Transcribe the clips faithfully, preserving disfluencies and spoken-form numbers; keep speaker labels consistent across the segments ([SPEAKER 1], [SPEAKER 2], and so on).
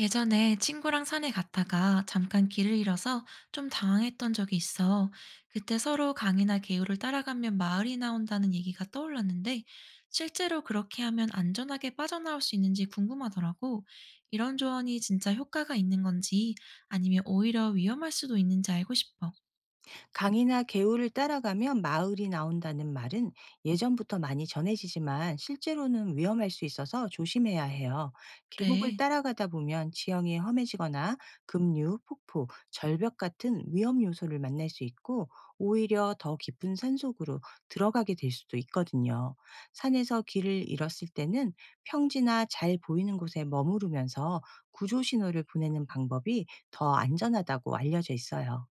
[SPEAKER 1] 예전에 친구랑 산에 갔다가 잠깐 길을 잃어서 좀 당황했던 적이 있어. 그때 서로 강이나 개울을 따라가면 마을이 나온다는 얘기가 떠올랐는데, 실제로 그렇게 하면 안전하게 빠져나올 수 있는지 궁금하더라고. 이런 조언이 진짜 효과가 있는 건지, 아니면 오히려 위험할 수도 있는지 알고 싶어.
[SPEAKER 2] 강이나 개울을 따라가면 마을이 나온다는 말은 예전부터 많이 전해지지만 실제로는 위험할 수 있어서 조심해야 해요. 계곡을
[SPEAKER 1] 그래.
[SPEAKER 2] 따라가다 보면 지형이 험해지거나 급류, 폭포, 절벽 같은 위험 요소를 만날 수 있고 오히려 더 깊은 산 속으로 들어가게 될 수도 있거든요. 산에서 길을 잃었을 때는 평지나 잘 보이는 곳에 머무르면서 구조 신호를 보내는 방법이 더 안전하다고 알려져 있어요.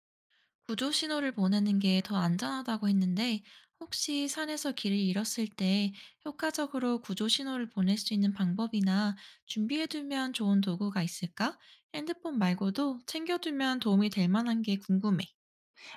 [SPEAKER 1] 구조 신호를 보내는 게 더 안전하다고 했는데 혹시 산에서 길을 잃었을 때 효과적으로 구조 신호를 보낼 수 있는 방법이나 준비해두면 좋은 도구가 있을까? 핸드폰 말고도 챙겨두면 도움이 될 만한 게 궁금해.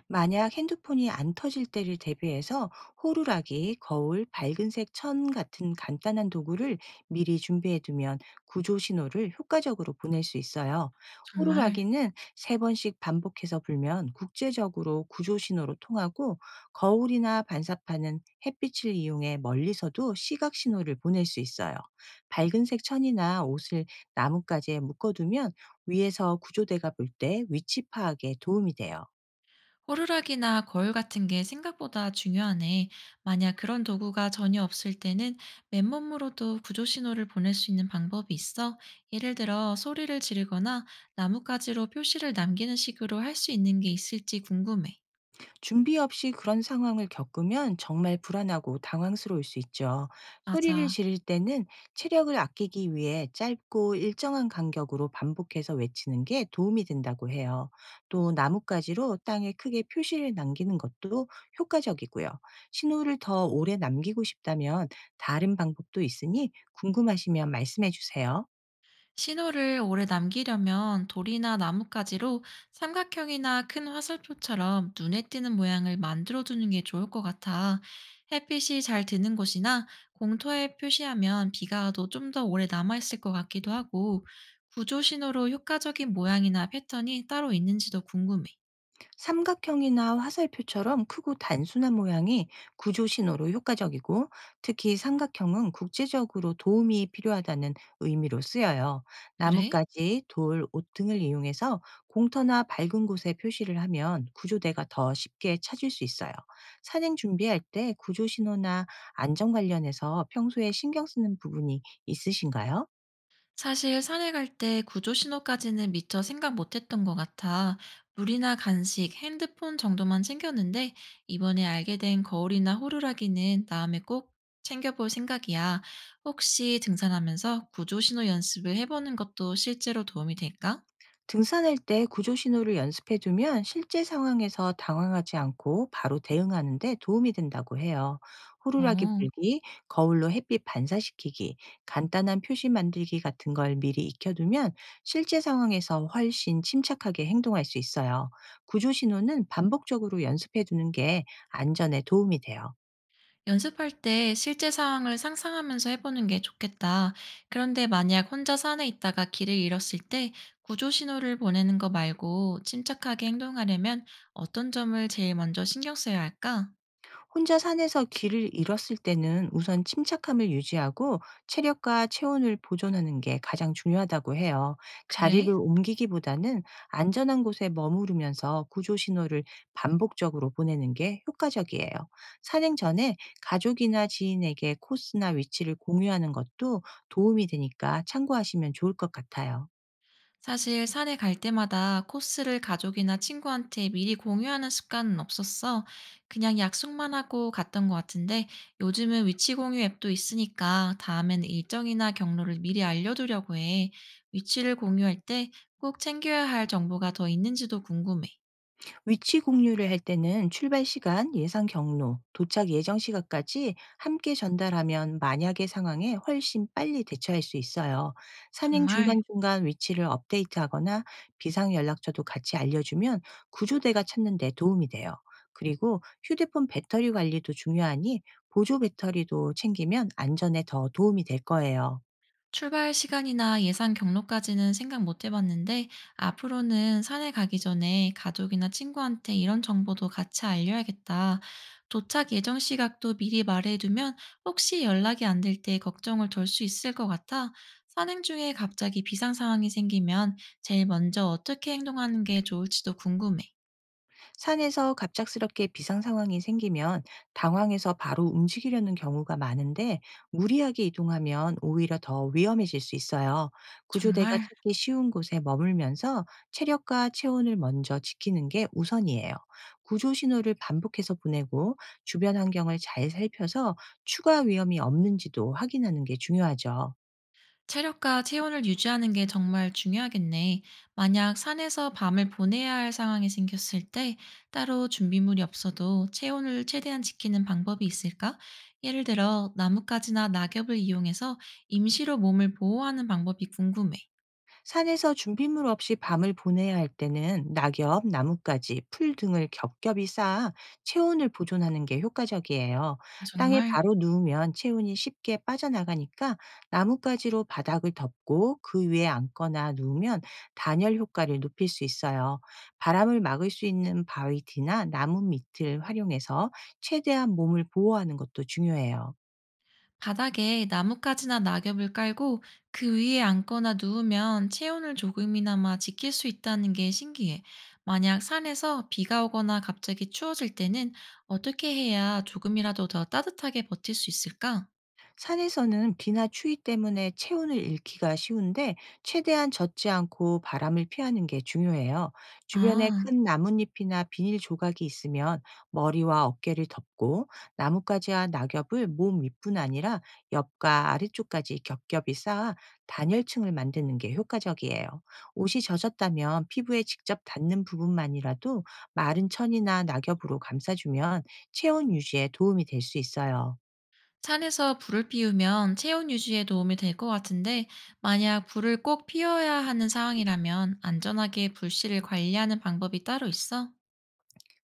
[SPEAKER 2] 만약 핸드폰이 안 터질 때를 대비해서 호루라기, 거울, 밝은색 천 같은 간단한 도구를 미리 준비해 두면 구조 신호를 효과적으로 보낼 수 있어요.
[SPEAKER 1] 정말.
[SPEAKER 2] 호루라기는 세 번씩 반복해서 불면 국제적으로 구조 신호로 통하고, 거울이나 반사판은 햇빛을 이용해 멀리서도 시각 신호를 보낼 수 있어요. 밝은색 천이나 옷을 나뭇가지에 묶어두면 위에서 구조대가 볼 때 위치 파악에 도움이 돼요.
[SPEAKER 1] 호루라기나 거울 같은 게 생각보다 중요하네. 만약 그런 도구가 전혀 없을 때는 맨몸으로도 구조 신호를 보낼 수 있는 방법이 있어. 예를 들어 소리를 지르거나 나뭇가지로 표시를 남기는 식으로 할 수 있는 게 있을지 궁금해.
[SPEAKER 2] 준비 없이 그런 상황을 겪으면 정말 불안하고 당황스러울 수 있죠. 소리를
[SPEAKER 1] 맞아.
[SPEAKER 2] 지를 때는 체력을 아끼기 위해 짧고 일정한 간격으로 반복해서 외치는 게 도움이 된다고 해요. 또 나뭇가지로 땅에 크게 표시를 남기는 것도 효과적이고요. 신호를 더 오래 남기고 싶다면 다른 방법도 있으니 궁금하시면 말씀해 주세요.
[SPEAKER 1] 신호를 오래 남기려면 돌이나 나뭇가지로 삼각형이나 큰 화살표처럼 눈에 띄는 모양을 만들어두는 게 좋을 것 같아. 햇빛이 잘 드는 곳이나 공터에 표시하면 비가 와도 좀 더 오래 남아있을 것 같기도 하고, 구조 신호로 효과적인 모양이나 패턴이 따로 있는지도 궁금해.
[SPEAKER 2] 삼각형이나 화살표처럼 크고 단순한 모양이 구조 신호로 효과적이고, 특히 삼각형은 국제적으로 도움이 필요하다는 의미로 쓰여요.
[SPEAKER 1] 그래?
[SPEAKER 2] 나뭇가지, 돌, 옷 등을 이용해서 공터나 밝은 곳에 표시를 하면 구조대가 더 쉽게 찾을 수 있어요. 산행 준비할 때 구조 신호나 안전 관련해서 평소에 신경 쓰는 부분이 있으신가요?
[SPEAKER 1] 사실 산에 갈 때 구조 신호까지는 미처 생각 못했던 것 같아. 물이나 간식, 핸드폰 정도만 챙겼는데 이번에 알게 된 거울이나 호루라기는 다음에 꼭 챙겨볼 생각이야. 혹시 등산하면서 구조 신호 연습을 해보는 것도 실제로 도움이 될까?
[SPEAKER 2] 등산할 때 구조 신호를 연습해 두면 실제 상황에서 당황하지 않고 바로 대응하는 데 도움이 된다고 해요. 호루라기
[SPEAKER 1] 어.
[SPEAKER 2] 불기, 거울로 햇빛 반사시키기, 간단한 표시 만들기 같은 걸 미리 익혀두면 실제 상황에서 훨씬 침착하게 행동할 수 있어요. 구조 신호는 반복적으로 연습해 두는 게 안전에 도움이 돼요.
[SPEAKER 1] 연습할 때 실제 상황을 상상하면서 해보는 게 좋겠다. 그런데 만약 혼자 산에 있다가 길을 잃었을 때 구조 신호를 보내는 거 말고 침착하게 행동하려면 어떤 점을 제일 먼저 신경 써야 할까?
[SPEAKER 2] 혼자 산에서 길을 잃었을 때는 우선 침착함을 유지하고 체력과 체온을 보존하는 게 가장 중요하다고 해요. 자리를
[SPEAKER 1] 그래?
[SPEAKER 2] 옮기기보다는 안전한 곳에 머무르면서 구조 신호를 반복적으로 보내는 게 효과적이에요. 산행 전에 가족이나 지인에게 코스나 위치를 공유하는 것도 도움이 되니까 참고하시면 좋을 것 같아요.
[SPEAKER 1] 사실 산에 갈 때마다 코스를 가족이나 친구한테 미리 공유하는 습관은 없었어. 그냥 약속만 하고 갔던 것 같은데 요즘은 위치 공유 앱도 있으니까 다음엔 일정이나 경로를 미리 알려두려고 해. 위치를 공유할 때 꼭 챙겨야 할 정보가 더 있는지도 궁금해.
[SPEAKER 2] 위치 공유를 할 때는 출발 시간, 예상 경로, 도착 예정 시각까지 함께 전달하면 만약의 상황에 훨씬 빨리 대처할 수 있어요. 산행
[SPEAKER 1] 정말?
[SPEAKER 2] 중간중간 위치를 업데이트하거나 비상 연락처도 같이 알려주면 구조대가 찾는 데 도움이 돼요. 그리고 휴대폰 배터리 관리도 중요하니 보조 배터리도 챙기면 안전에 더 도움이 될 거예요.
[SPEAKER 1] 출발 시간이나 예상 경로까지는 생각 못 해봤는데 앞으로는 산에 가기 전에 가족이나 친구한테 이런 정보도 같이 알려야겠다. 도착 예정 시각도 미리 말해두면 혹시 연락이 안 될 때 걱정을 덜 수 있을 것 같아. 산행 중에 갑자기 비상 상황이 생기면 제일 먼저 어떻게 행동하는 게 좋을지도 궁금해.
[SPEAKER 2] 산에서 갑작스럽게 비상 상황이 생기면 당황해서 바로 움직이려는 경우가 많은데, 무리하게 이동하면 오히려 더 위험해질 수 있어요. 구조대가
[SPEAKER 1] 정말.
[SPEAKER 2] 찾기 쉬운 곳에 머물면서 체력과 체온을 먼저 지키는 게 우선이에요. 구조 신호를 반복해서 보내고 주변 환경을 잘 살펴서 추가 위험이 없는지도 확인하는 게 중요하죠.
[SPEAKER 1] 체력과 체온을 유지하는 게 정말 중요하겠네. 만약 산에서 밤을 보내야 할 상황이 생겼을 때 따로 준비물이 없어도 체온을 최대한 지키는 방법이 있을까? 예를 들어 나뭇가지나 낙엽을 이용해서 임시로 몸을 보호하는 방법이 궁금해.
[SPEAKER 2] 산에서 준비물 없이 밤을 보내야 할 때는 낙엽, 나뭇가지, 풀 등을 겹겹이 쌓아 체온을 보존하는 게 효과적이에요. 땅에
[SPEAKER 1] 정말?
[SPEAKER 2] 바로 누우면 체온이 쉽게 빠져나가니까, 나뭇가지로 바닥을 덮고 그 위에 앉거나 누우면 단열 효과를 높일 수 있어요. 바람을 막을 수 있는 바위 뒤나 나무 밑을 활용해서 최대한 몸을 보호하는 것도 중요해요.
[SPEAKER 1] 바닥에 나뭇가지나 낙엽을 깔고 그 위에 앉거나 누우면 체온을 조금이나마 지킬 수 있다는 게 신기해. 만약 산에서 비가 오거나 갑자기 추워질 때는 어떻게 해야 조금이라도 더 따뜻하게 버틸 수 있을까?
[SPEAKER 2] 산에서는 비나 추위 때문에 체온을 잃기가 쉬운데, 최대한 젖지 않고 바람을 피하는 게 중요해요. 주변에
[SPEAKER 1] 아,
[SPEAKER 2] 큰 나뭇잎이나 비닐 조각이 있으면 머리와 어깨를 덮고, 나뭇가지와 낙엽을 몸 윗뿐 아니라 옆과 아래쪽까지 겹겹이 쌓아 단열층을 만드는 게 효과적이에요. 옷이 젖었다면 피부에 직접 닿는 부분만이라도 마른 천이나 낙엽으로 감싸주면 체온 유지에 도움이 될 수 있어요.
[SPEAKER 1] 산에서 불을 피우면 체온 유지에 도움이 될 것 같은데, 만약 불을 꼭 피워야 하는 상황이라면 안전하게 불씨를 관리하는 방법이 따로 있어?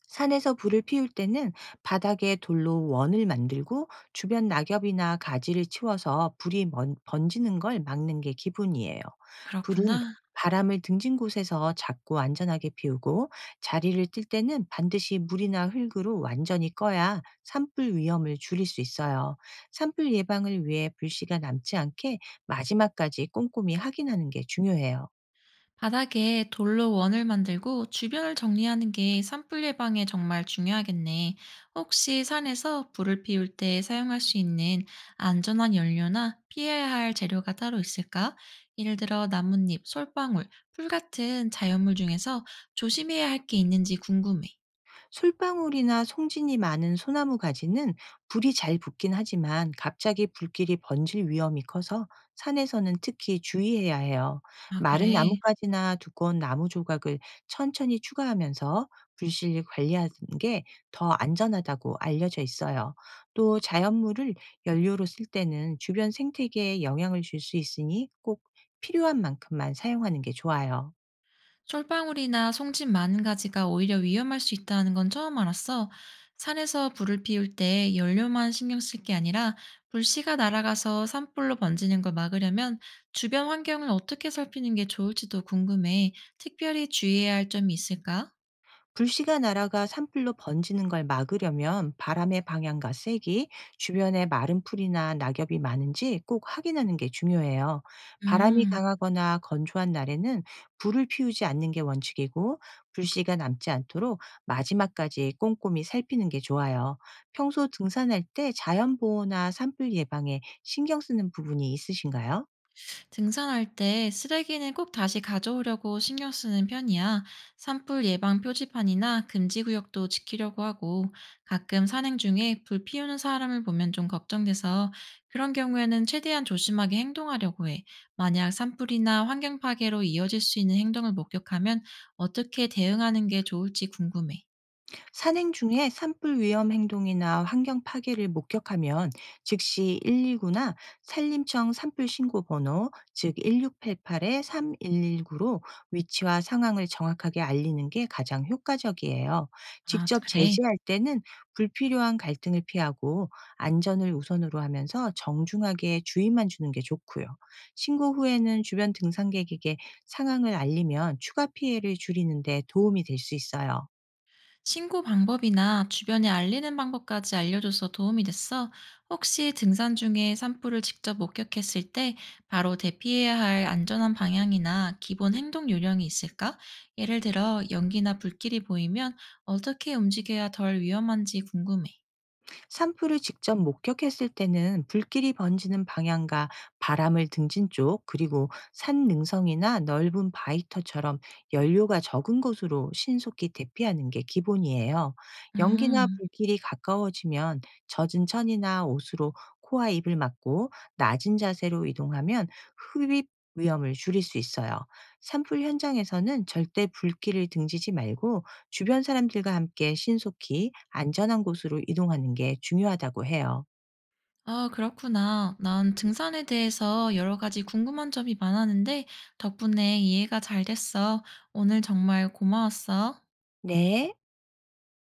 [SPEAKER 2] 산에서 불을 피울 때는 바닥에 돌로 원을 만들고, 주변 낙엽이나 가지를 치워서 불이 먼- 번지는 걸 막는 게 기본이에요. 불은
[SPEAKER 1] 그렇구나.
[SPEAKER 2] 바람을 등진 곳에서 작고 안전하게 피우고, 자리를 뜰 때는 반드시 물이나 흙으로 완전히 꺼야 산불 위험을 줄일 수 있어요. 산불 예방을 위해 불씨가 남지 않게 마지막까지 꼼꼼히 확인하는 게 중요해요.
[SPEAKER 1] 바닥에 돌로 원을 만들고 주변을 정리하는 게 산불 예방에 정말 중요하겠네. 혹시 산에서 불을 피울 때 사용할 수 있는 안전한 연료나 피해야 할 재료가 따로 있을까? 예를 들어 나뭇잎, 솔방울, 풀 같은 자연물 중에서 조심해야 할 게 있는지 궁금해.
[SPEAKER 2] 솔방울이나 송진이 많은 소나무 가지는 불이 잘 붙긴 하지만 갑자기 불길이 번질 위험이 커서 산에서는 특히 주의해야 해요.
[SPEAKER 1] 아,
[SPEAKER 2] 마른
[SPEAKER 1] 그래.
[SPEAKER 2] 나뭇가지나 두꺼운 나무 조각을 천천히 추가하면서 불씨를 관리하는 게 더 안전하다고 알려져 있어요. 또 자연물을 연료로 쓸 때는 주변 생태계에 영향을 줄 수 있으니 꼭 필요한 만큼만 사용하는 게 좋아요.
[SPEAKER 1] 솔방울이나 송집 많은 가지가 오히려 위험할 수 있다는 건 처음 알았어. 산에서 불을 피울 때 연료만 신경 쓸 게 아니라 불씨가 날아가서 산불로 번지는 걸 막으려면 주변 환경을 어떻게 살피는 게 좋을지도 궁금해. 특별히 주의해야 할 점이 있을까?
[SPEAKER 2] 불씨가 날아가 산불로 번지는 걸 막으려면 바람의 방향과 세기, 주변에 마른 풀이나 낙엽이 많은지 꼭 확인하는 게 중요해요. 바람이
[SPEAKER 1] 음.
[SPEAKER 2] 강하거나 건조한 날에는 불을 피우지 않는 게 원칙이고, 불씨가 남지 않도록 마지막까지 꼼꼼히 살피는 게 좋아요. 평소 등산할 때 자연보호나 산불 예방에 신경 쓰는 부분이 있으신가요?
[SPEAKER 1] 등산할 때 쓰레기는 꼭 다시 가져오려고 신경 쓰는 편이야. 산불 예방 표지판이나 금지 구역도 지키려고 하고 가끔 산행 중에 불 피우는 사람을 보면 좀 걱정돼서 그런 경우에는 최대한 조심하게 행동하려고 해. 만약 산불이나 환경 파괴로 이어질 수 있는 행동을 목격하면 어떻게 대응하는 게 좋을지 궁금해.
[SPEAKER 2] 산행 중에 산불 위험 행동이나 환경 파괴를 목격하면 즉시 일일구나 산림청 산불 신고 번호, 즉 일육팔팔-삼일일구로 위치와 상황을 정확하게 알리는 게 가장 효과적이에요.
[SPEAKER 1] 아,
[SPEAKER 2] 직접
[SPEAKER 1] 그래.
[SPEAKER 2] 제지할 때는 불필요한 갈등을 피하고 안전을 우선으로 하면서 정중하게 주의만 주는 게 좋고요. 신고 후에는 주변 등산객에게 상황을 알리면 추가 피해를 줄이는 데 도움이 될 수 있어요.
[SPEAKER 1] 신고 방법이나 주변에 알리는 방법까지 알려줘서 도움이 됐어. 혹시 등산 중에 산불을 직접 목격했을 때 바로 대피해야 할 안전한 방향이나 기본 행동 요령이 있을까? 예를 들어 연기나 불길이 보이면 어떻게 움직여야 덜 위험한지 궁금해.
[SPEAKER 2] 산불을 직접 목격했을 때는 불길이 번지는 방향과 바람을 등진 쪽, 그리고 산 능성이나 넓은 바위터처럼 연료가 적은 곳으로 신속히 대피하는 게 기본이에요. 연기나
[SPEAKER 1] 음.
[SPEAKER 2] 불길이 가까워지면 젖은 천이나 옷으로 코와 입을 막고 낮은 자세로 이동하면 흡입 위험을 줄일 수 있어요. 산불 현장에서는 절대 불길을 등지지 말고 주변 사람들과 함께 신속히 안전한 곳으로 이동하는 게 중요하다고 해요.
[SPEAKER 1] 아, 그렇구나. 난 등산에 대해서 여러 가지 궁금한 점이 많았는데 덕분에 이해가 잘 됐어. 오늘 정말 고마웠어.
[SPEAKER 2] 네.